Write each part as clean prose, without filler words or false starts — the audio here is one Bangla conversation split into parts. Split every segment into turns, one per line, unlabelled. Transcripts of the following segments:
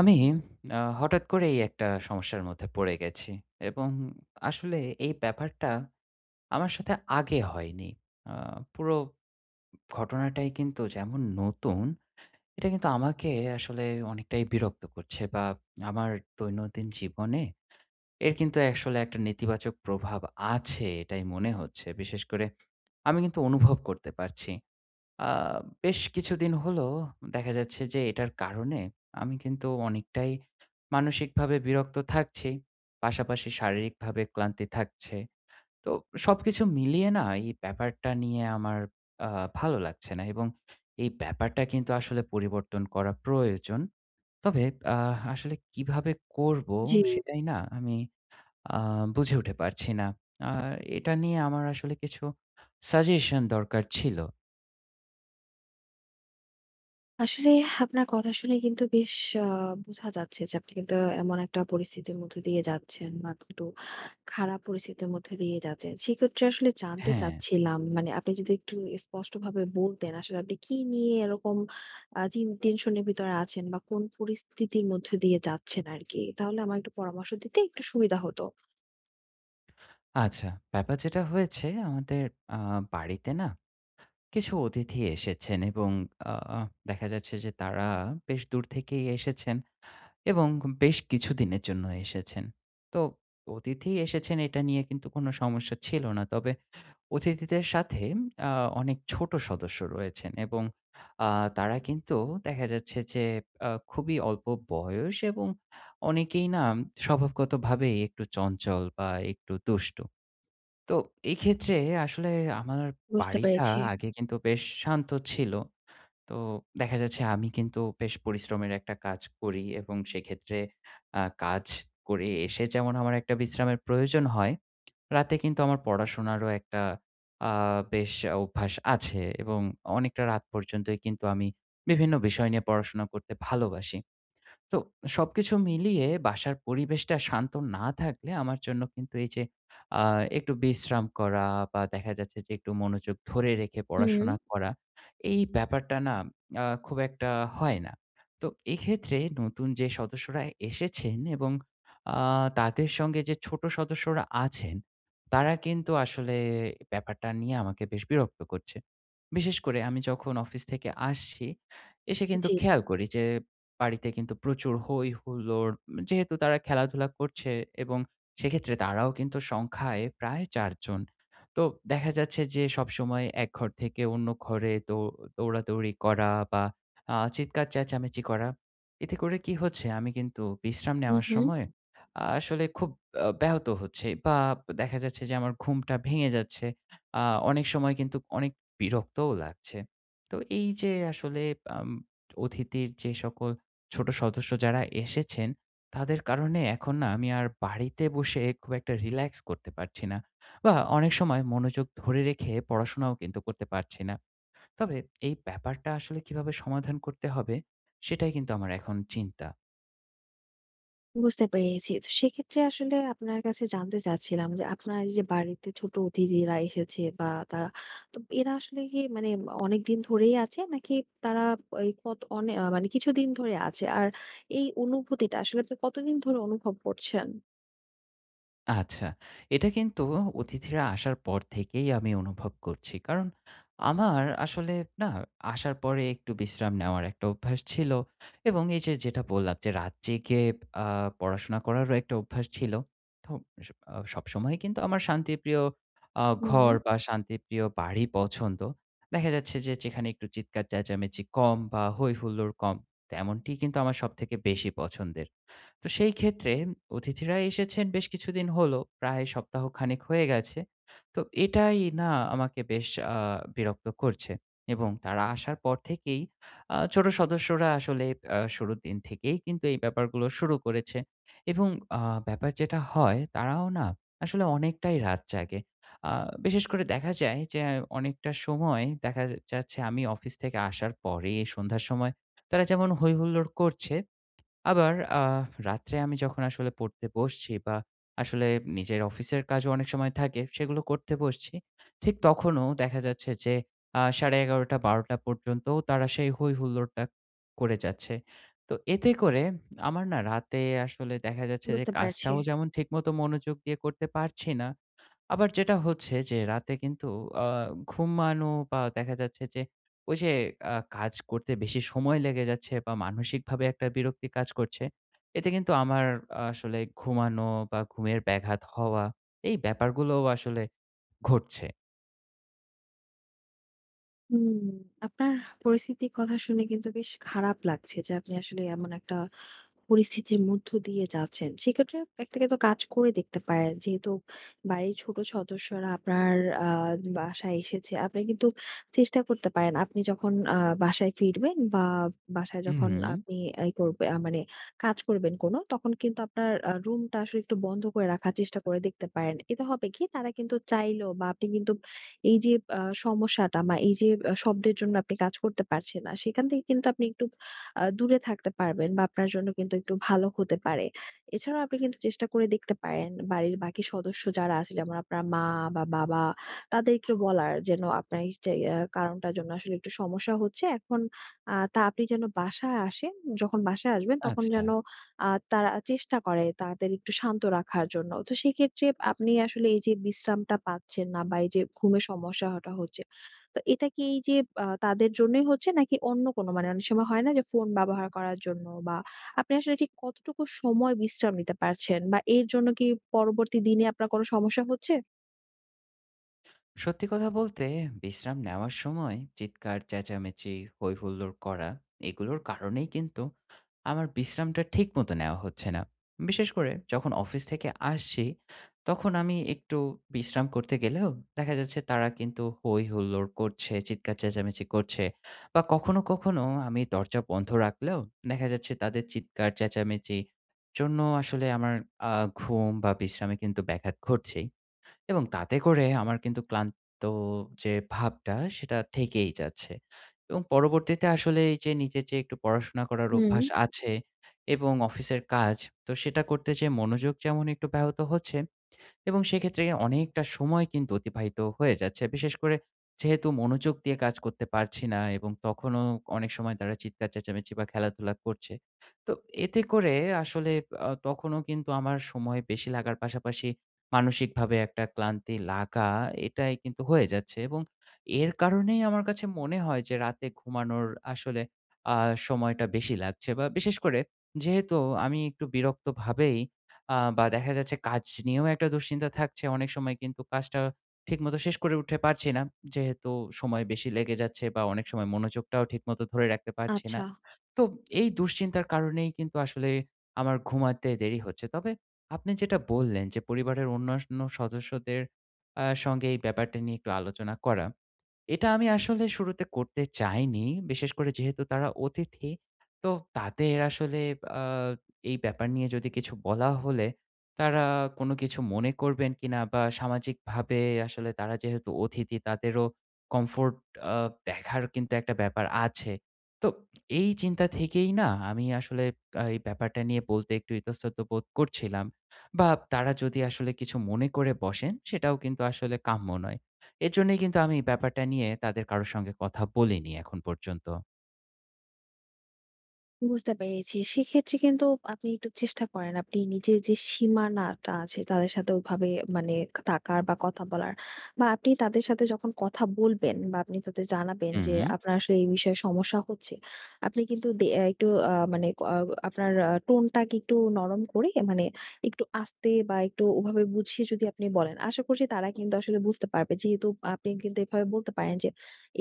আমি হঠাৎ করেই একটা সমস্যার মধ্যে পড়ে গেছি এবং আসলে এই ব্যাপারটা আমার সাথে আগে হয়নি। আ পুরো ঘটনাটাই কিন্তু যেমন নতুন, এটা কিন্তু আমাকে আসলে অনেকটাই বিরক্ত করছে বা আমার দৈনন্দিন জীবনে এর কিন্তু আসলে একটা নেতিবাচক প্রভাব আছে এটাই মনে হচ্ছে। বিশেষ করে আমি কিন্তু অনুভব করতে পারছি। আ বেশ কিছুদিন হলো দেখা যাচ্ছে যে এটার কারণে আমি কিন্তু অনেকটাই মানসিকভাবে বিরক্ত থাকছি। পাশাপাশি শারীরিকভাবে ক্লান্তি থাকছে। তো সবকিছু মিলিয়ে না এই ব্যাপারটা নিয়ে আমার আ ভালো লাগছে না, এবং এই ব্যাপারটা কিন্তু আসলে পরিবর্তন করা প্রয়োজন। তবে আ আসলে কিভাবে করব
জি।
সেটাই না আমি আ বুঝে উঠে পারছি না। আর এটা নিয়ে আমার আসলে কিছু সাজেশন দরকার ছিল।
আসলে আপনার কথা শুনে কিন্তু বেশ আ বোঝা যাচ্ছে যে আপনি কিন্তু এমন একটা পরিস্থিতির মধ্যে দিয়ে যাচ্ছেন, বা আপনি একটু খারাপ পরিস্থিতির মধ্যে দিয়ে যাচ্ছেন। সেক্ষেত্রে আসলে জানতে
হ্যাঁ।
চাচ্ছিলাম, মানে আপনি যদি একটু স্পষ্টভাবে বলতেন আসলে আপনি কি নিয়ে এরকম আ চিন টেনশনের ভিতরে আছেন বা কোন পরিস্থিতির মধ্যে দিয়ে যাচ্ছেন আরকি? তাহলে আমার একটু পরামর্শ দিতে একটু সুবিধা হতো।
আচ্ছা, ব্যাপার যেটা হয়েছে, আমাদের আ বাড়িতে না কিছু অতিথি এসেছেন, এবং আ দেখা যাচ্ছে যে তারা বেশ দূর থেকেই এসেছেন এবং বেশ কিছুদিনের জন্য এসেছেন। তো অতিথি এসেছেন, এটা নিয়ে কিন্তু কোনো সমস্যা ছিল না। তবে অতিথিদের সাথে আ অনেক ছোট সদস্য রয়েছেন, এবং আ তারা কিন্তু দেখা যাচ্ছে যে খুবই অল্প বয়স, এবং অনেকেই না স্বভাবগতভাবেই একটু চঞ্চল বা একটু দুষ্ট। তো এই ক্ষেত্রে আসলে আমার
বুঝতে
বাড়িটা
পেরেছি।
আগে কিন্তু বেশ শান্ত ছিল। তো দেখা যাচ্ছে, আমি কিন্তু বেশ পরিশ্রমের একটা কাজ করি, এবং সেক্ষেত্রে কাজ করে এসে যেমন আমার একটা বিশ্রামের প্রয়োজন হয়, রাতে কিন্তু আমার পড়াশোনারও একটা আ বেশ অভ্যাস আছে, এবং অনেকটা রাত পর্যন্তই কিন্তু আমি বিভিন্ন বিষয় নিয়ে পড়াশোনা করতে ভালোবাসি। তো সবকিছু মিলিয়ে বাসার পরিবেশটা শান্ত না থাকলে আমার জন্য কিন্তু এই যে আ একটু বিশ্রাম করা বা দেখা যাচ্ছে যে একটু মনোযোগ ধরে রেখে
হুম।
পড়াশোনা করা, এই ব্যাপারটা না খুব একটা হয় না। তো এক্ষেত্রে নতুন যে সদস্যরা এসেছেন, এবং আ তাদের সঙ্গে যে ছোট সদস্যরা আছেন, তারা কিন্তু আসলে ব্যাপারটা নিয়ে আমাকে বেশ বিরক্ত করছে। বিশেষ করে আমি যখন অফিস থেকে আসছি, এসে কিন্তু
জি।
খেয়াল করি যে বাড়িতে কিন্তু প্রচুর হই-হুল্লোড়। যেহেতু তারা খেলাধুলা করছে, এবং সেক্ষেত্রে তারাও কিন্তু সংখ্যায় প্রায় ৪ জন। তো দেখা যাচ্ছে যে সবসময় এক ঘর থেকে অন্য ঘরে দৌড়াদৌড়ি করা বা চিৎকার চেঁচামেচি করা। এতে করে কি হচ্ছে, আমি কিন্তু বিশ্রাম
হু,
নেওয়ার
হু।
সময় আসলে খুব ব্যাহত হচ্ছি, বা দেখা যাচ্ছে যে আমার ঘুমটা ভেঙে যাচ্ছে। আ অনেক সময় কিন্তু অনেক বিরক্তও লাগছে। তো এই যে আসলে আম অতিথির যে সকল ছোট সদস্য যারা এসেছেন, তাদের কারণে এখন না আমি আর বাড়িতে বসে খুব একটা রিল্যাক্স করতে পারছি না। বা অনেক সময় মনোযোগ ধরে রেখে পড়াশোনাও কিন্তু করতে পারছি না। তবে এই ব্যাপারটা আসলে কিভাবে সমাধান করতে হবে, সেটাই কিন্তু আমার এখন চিন্তা।
বুঝতে পেরেছি। তো সেক্ষেত্রে আসলে আপনার কাছে জানতে চাচ্ছিলাম যে, আপনার এই যে বাড়িতে ছোট অতিথিরা এসেছে, বা তারা তো এরা আসলে কি, মানে অনেকদিন ধরেই আছে? নাকি তারা এই কত অনে আ মানে কিছুদিন ধরে আছে? আর এই অনুভূতিটা আসলে আপনি কতদিন ধরে অনুভব করছেন?
আচ্ছা। এটা কিন্তু অতিথিরা আসার পর থেকেই আমি অনুভব করছি। কারণ আমার আসলে না আসার পরে একটু বিশ্রাম নেওয়ার একটা অভ্যাস ছিল, এবং এই যে যেটা বললাম যে রাত জেগে আ পড়াশোনা করারও একটা অভ্যাস ছিল। তো স আ সবসময়ই কিন্তু আমার শান্তিপ্রিয়
হুম।
ঘর বা শান্তিপ্রিয় বাড়ি পছন্দ। দেখা যাচ্ছে যে যেখানে একটু চিৎকার চেঁচামেচি কম বা হৈ হুল্লোড় কম, তেমনটি কিন্তু আমার সবথেকে বেশি পছন্দের। তো সেই ক্ষেত্রে অতিথিরা এসেছেন বেশ কিছুদিন হলো, প্রায় সপ্তাহখানেক হয়ে গেছে। তো এটাই না আমাকে বেশ আ বিরক্ত করছে, এবং তারা আসার পর থেকেই ছোট সদস্যরা আসলে শুরুর দিন থেকেই কিন্তু এই ব্যাপারগুলো শুরু করেছে, এবং আ ব্যাপার যেটা হয়, তারাও না আসলে অনেকটাই রাত জাগে। আ বিশেষ করে দেখা যায় যে অনেকটা সময় দেখা যাচ্ছে, আমি অফিস থেকে আসার পরে সন্ধ্যার সময় তারা যেমন হৈ হুল্লোড় করছে, আবার আহ, রাত্রে আমি যখন আসলে পড়তে বসছি বা আসলে নিজের অফিসের কাজও অনেক সময় থাকে, সেগুলো করতে বসছি, ঠিক তখনও দেখা যাচ্ছে যে সাড়ে এগারোটা বারোটা পর্যন্ত তারা সেই হই হুল্লোড়টা করে যাচ্ছে। তো এতে করে আমার না রাতে আসলে দেখা যাচ্ছে যে
বুঝতে পারছি।
কাজটাও যেমন ঠিকমতো মনোযোগ দিয়ে করতে পারছি না। আবার যেটা হচ্ছে যে রাতে কিন্তু আ ঘুমানো বা দেখা যাচ্ছে যে ওই যে কাজ করতে বেশি সময় লেগে যাচ্ছে, বা মানসিকভাবে একটা বিরক্তি কাজ করছে। এতে কিন্তু আমার আসলে ঘুমানো বা ঘুমের ব্যাঘাত হওয়া, এই ব্যাপারগুলোও আসলে ঘটছে।
হুম, আপনার পরিস্থিতির কথা শুনে কিন্তু বেশ খারাপ লাগছে যে, আপনি আসলে এমন একটা পরিস্থিতির মধ্য দিয়ে যাচ্ছেন। সেক্ষেত্রে একটা কিন্তু কাজ করে দেখতে পারেন। যেহেতু বাড়ির ছোট সদস্যরা আপনার আ বাসায় এসেছে, আপনি কিন্তু চেষ্টা করতে পারেন। আপনি যখন বাসায় ফিরবেন, বা বাসায় যখন
উহু,
আপনি এই করবে আ মানে কাজ করবেন কোনো, তখন কিন্তু আপনার রুমটা আসলে একটু বন্ধ করে রাখার চেষ্টা করে দেখতে পারেন। এতে হবে কি? তারা কিন্তু চাইলেও, বা আপনি কিন্তু এই যে সমস্যাটা বা এই যে শব্দের জন্য আপনি কাজ করতে পারছেন না, সেখান থেকে কিন্তু আপনি একটু দূরে থাকতে পারবেন, বা আপনার জন্য কিন্তু একটু ভালো হতে পারে। এছাড়াও আপনি কিন্তু চেষ্টা করে দেখতে পারেন বাড়ির বাকি সদস্য যারা আছে, যেমন আপনার মা বা বাবা, তাদের একটু বলার যেন আপনার এই যে কারণটার জন্য আসলে একটু সমস্যা হচ্ছে। এখন তা আপনি যেন বাসায় আসেন, যখন বাসায় আসবেন তখন
আচ্ছা।
যেন তারা চেষ্টা করে তাদের একটু শান্ত রাখার জন্য। তো সেক্ষেত্রে আপনি আসলে এই যে বিশ্রামটা পাচ্ছেন না, বা এই যে ঘুমের সমস্যাটা হচ্ছে, তো এটা কি এই যে তাদের জন্যই হচ্ছে, নাকি অন্য কোনো, মানে অনেক সময় হয় না যে ফোন ব্যবহার করার জন্য? বা আপনি আসলে ঠিক কতটুকু সময় বিশ্রাম নিতে পারছেন, বা এর জন্য কি পরবর্তী দিনে আপনার কোনো সমস্যা হচ্ছে?
সত্যি কথা বলতে, বিশ্রাম নেওয়ার সময় চিৎকার চেঁচামেচি, হৈ হুল্লোড় করা, এগুলোর কারণেই কিন্তু আমার বিশ্রামটা ঠিকমতো নেওয়া হচ্ছে না। বিশেষ করে যখন অফিস থেকে আসছি, তখন আমি একটু বিশ্রাম করতে গেলেও দেখা যাচ্ছে তারা কিন্তু হৈ হুল্লোড় করছে, চিৎকার চেঁচামেচি করছে, বা কখনো, কখনো আমি দরজা বন্ধ রাখলেও দেখা যাচ্ছে তাদের চিৎকার চেঁচামেচির জন্য আসলে আমার আ ঘুম বা বিশ্রামে কিন্তু ব্যাঘাত ঘটছেই। এবং তাতে করে আমার কিন্তু ক্লান্ত যে ভাবটা, সেটা থেকেই যাচ্ছে। এবং পরবর্তীতে আসলে এই যে নিজের যে একটু পড়াশোনা করার
হুম।
অভ্যাস আছে এবং অফিসের কাজ, তো সেটা করতে যেয়ে মনোযোগ যেমন একটু ব্যাহত হচ্ছে, এবং সেক্ষেত্রে অনেকটা সময় কিন্তু অতিবাহিত হয়ে যাচ্ছে। বিশেষ করে যেহেতু মনোযোগ দিয়ে কাজ করতে পারছি না, এবং তখনও অনেক সময় তারা চিৎকার চেঁচামেচি বা খেলাধুলা করছে। তো এতে করে আসলে তখনও কিন্তু আমার সময় বেশি লাগার পাশাপাশি মানসিকভাবে একটা ক্লান্তি লাগা, এটাই কিন্তু হয়ে যাচ্ছে, এবং এর কারণেই আমার কাছে মনে হয় যে রাতে ঘুমানোর আসলে আ সময়টা বেশি লাগছে। বা বিশেষ করে যেহেতু আমি একটু বিরক্তভাবেই বা দেখা যাচ্ছে কাজ নিয়েও একটা দুশ্চিন্তা থাকছে। অনেক সময় কিন্তু কাজটা ঠিকমতো শেষ করে উঠতে পারছি না। যেহেতু সময় বেশি লেগে যাচ্ছে, বা অনেক সময় মনোযোগটাও ঠিকমতো ধরে রাখতে পারছি না।
আচ্ছা।
তো এই দুশ্চিন্তার কারণেই কিন্তু আসলে আমার ঘুমাতে দেরি হচ্ছে। তবে আপনি যেটা বললেন যে পরিবারের অন্যান্য সদস্যদের সঙ্গে এই ব্যাপারটা নিয়ে একটু আলোচনা করা। এটা আমি আসলে শুরুতে করতে চাইনি। বিশেষ করে যেহেতু তারা অতিথি। তো তাদের আসলে আ এই ব্যাপার নিয়ে যদি কিছু বলা হলে তারা কোনো কিছু মনে করবেন কিনা, বা সামাজিকভাবে আসলে তারা যেহেতু অতিথি, তাদেরও কমফোর্ট আ দেখার কিন্তু একটা ব্যাপার আছে। তো এই চিন্তা থেকেই না আমি আসলে এই ব্যাপারটা নিয়ে বলতে একটু ইতস্তত বোধ করছিলাম। বা তারা যদি আসলে কিছু মনে করে বসেন, সেটাও কিন্তু আসলে কাম্য নয়। এর জন্যই কিন্তু আমি ব্যাপারটা নিয়ে তাদের কারো সঙ্গে কথা বলিনি এখন পর্যন্ত।
বুঝতে পেরেছি। সেক্ষেত্রে কিন্তু আপনি একটু চেষ্টা করেন। আপনি নিজের যে সীমানাটা আছে তাদের সাথে ওভাবে, মানে থাকার বা কথা বলার, বা আপনি তাদের সাথে যখন কথা বলবেন বা আপনি তাদের জানাবেন যে
হুম,
আপনার আসলে এই বিষয়ে সমস্যা হচ্ছে। আপনি কিন্তু দে অ্যা একটু মানে আপনার টোনটাকে একটু নরম করে, মানে একটু আস্তে বা একটু ওভাবে বুঝিয়ে যদি আপনি বলেন, আশা করছি তারা কিন্তু আসলে বুঝতে পারবে। যেহেতু আপনি কিন্তু এভাবে বলতে পারেন যে,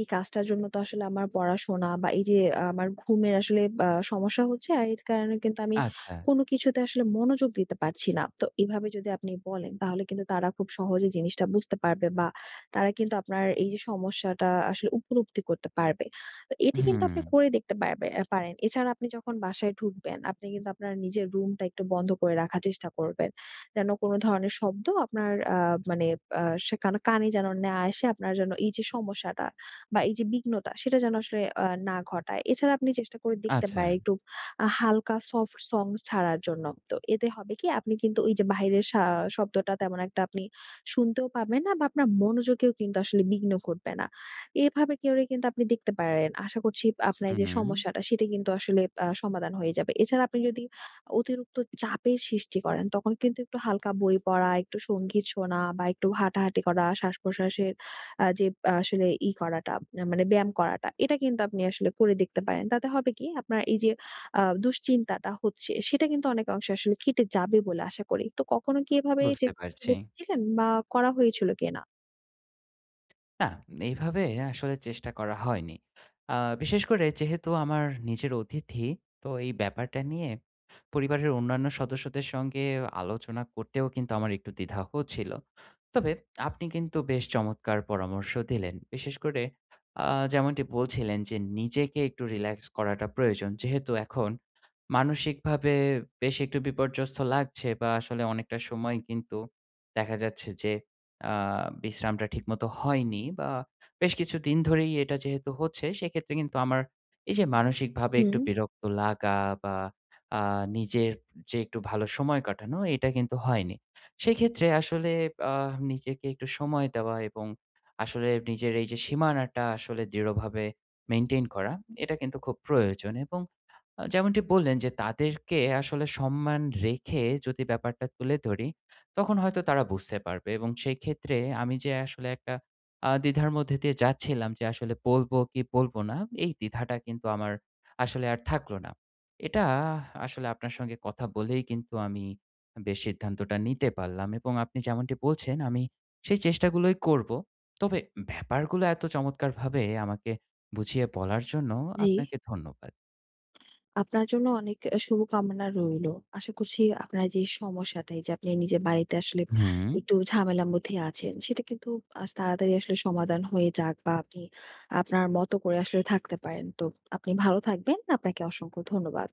এই কাজটার জন্য তো আসলে আমার পড়াশোনা বা এই যে আমার ঘুমের আসলে সমস্যা হচ্ছে। আর এর কারণে কিন্তু আমি
আচ্ছা।
কোনো কিছুতে আসলে মনোযোগ দিতে পারছি না। তো এভাবে যদি আপনি বলেন, তাহলে কিন্তু তারা খুব সহজে জিনিসটা বুঝতে পারবে, বা তারা কিন্তু আপনার এই যে সমস্যাটা আসলে উপলব্ধি করতে পারবে। তো এটা কিন্তু
হুম,
আপনি করে দেখতে পারবে আ পারেন। এছাড়া আপনি যখন বাসায় ঢুকবেন, আপনি কিন্তু আপনার নিজের রুমটা একটু বন্ধ করে রাখার চেষ্টা করবেন। যেন কোনো ধরনের শব্দ আপনার মানে কানে যেন না আসে। আপনার যেন এই যে সমস্যাটা বা এই যে বিঘ্নতা, সেটা যেন আসলে না ঘটায়। এছাড়া আপনি চেষ্টা করে দেখতে
আচ্ছা।
পারেন একটু হালকা সফট সং ছাড়ার জন্য। তো এতে হবে কি, আপনি কিন্তু ওই যে বাহিরের শব্দটা তেমন একটা আপনি শুনতেও পাবেন না, বা আপনার মনোযোগেও কিন্তু আসলে বিঘ্ন ঘটবে না। এভাবে করে কিন্তু আপনি দেখতে পারেন। আশা করছি আপনার এই যে
হুম,
সমস্যাটা, সেটা কিন্তু আসলে সমাধান হয়ে যাবে। এছাড়া আপনি যদি অতিরিক্ত চাপের সৃষ্টি করেন, তখন কিন্তু একটু হালকা বই পড়া, একটু সংগীত শোনা, বা একটু হাঁটাহাঁটি করা, শ্বাস-প্রশ্বাসে যে আসলে করাটা, মানে ব্যায়াম করাটা, এটা কিন্তু আপনি আসলে করে দেখতে পারেন। তাতে হবে কি, আপনার এই যে দুশ্চিন্তাটা হচ্ছে, সেটা কিন্তু অনেকাংশে আসলে কেটে যাবে বলে আশা করি। তো কখনো কি এভাবে
বুঝতে
চেষ্টা করে
পারছি।
দেখেছিলেন, বা করা হয়েছিল কিনা?
না, এইভাবে আসলে চেষ্টা করা হয়নি। আ বিশেষ করে যেহেতু আমার নিজের অতিথি, তো এই ব্যাপারটা নিয়ে পরিবারের অন্যান্য সদস্যদের সঙ্গে আলোচনা করতেও কিন্তু আমার একটু দ্বিধা হচ্ছিল। তবে আপনি কিন্তু বেশ চমৎকার পরামর্শ দিলেন। বিশেষ করে আ যেমনটি বলছিলেন যে নিজেকে একটু রিল্যাক্স করাটা প্রয়োজন। যেহেতু এখন মানসিকভাবে বেশ একটু বিপর্যস্ত লাগছে, বা আসলে অনেকটা সময় কিন্তু দেখা যাচ্ছে যে আ বিশ্রামটা ঠিকমতো হয়নি, বা বেশ কিছুদিন ধরেই এটা যেহেতু হচ্ছে, সেক্ষেত্রে কিন্তু আমার এই যে মানসিকভাবে
হুম,
একটু বিরক্ত লাগা বা আ নিজের যে একটু ভালো সময় কাটানো, এটা কিন্তু হয়নি। সেক্ষেত্রে আসলে আ নিজেকে একটু সময় দেওয়া এবং আসলে নিজের এই যে সীমানাটা আসলে দৃঢ়ভাবে মেইনটেইন করা, এটা কিন্তু খুব প্রয়োজন, এবং যেমনটি বললেন যে তাদেরকে আসলে সম্মান রেখে যদি ব্যাপারটা তুলে ধরি, তখন হয়তো তারা বুঝতে পারবে, এবং সেই ক্ষেত্রে আমি যে আসলে একটা দ্বিধার মধ্যে দিয়ে যাচ্ছিলাম যে আসলে বলবো কি বলবো না, এই দ্বিধাটা কিন্তু আমার আসলে আর থাকলো না। এটা আসলে আপনার সঙ্গে কথা বলেই কিন্তু আমি বেশ সিদ্ধান্তটা নিতে পারলাম, এবং আপনি যেমনটি বলছেন আমি সেই চেষ্টাগুলোই করবো। তবে ব্যাপারগুলো এত চমৎকারভাবে আমাকে বুঝিয়ে বলার জন্য
জি।
আপনাকে ধন্যবাদ।
আপনার জন্য অনেক শুভকামনা রইলো। আশা করছি আপনার যে সমস্যাটা, এই যে আপনি নিজের বাড়িতে আসলে
হুম।
একটু ঝামেলার মধ্যে আছেন, সেটা কিন্তু আজ তাড়াতাড়ি আসলে সমাধান হয়ে যাক, বা আপনি আপনার মতো করে আসলে থাকতে পারেন। তো আপনি ভালো থাকবেন। আপনাকে অসংখ্য ধন্যবাদ।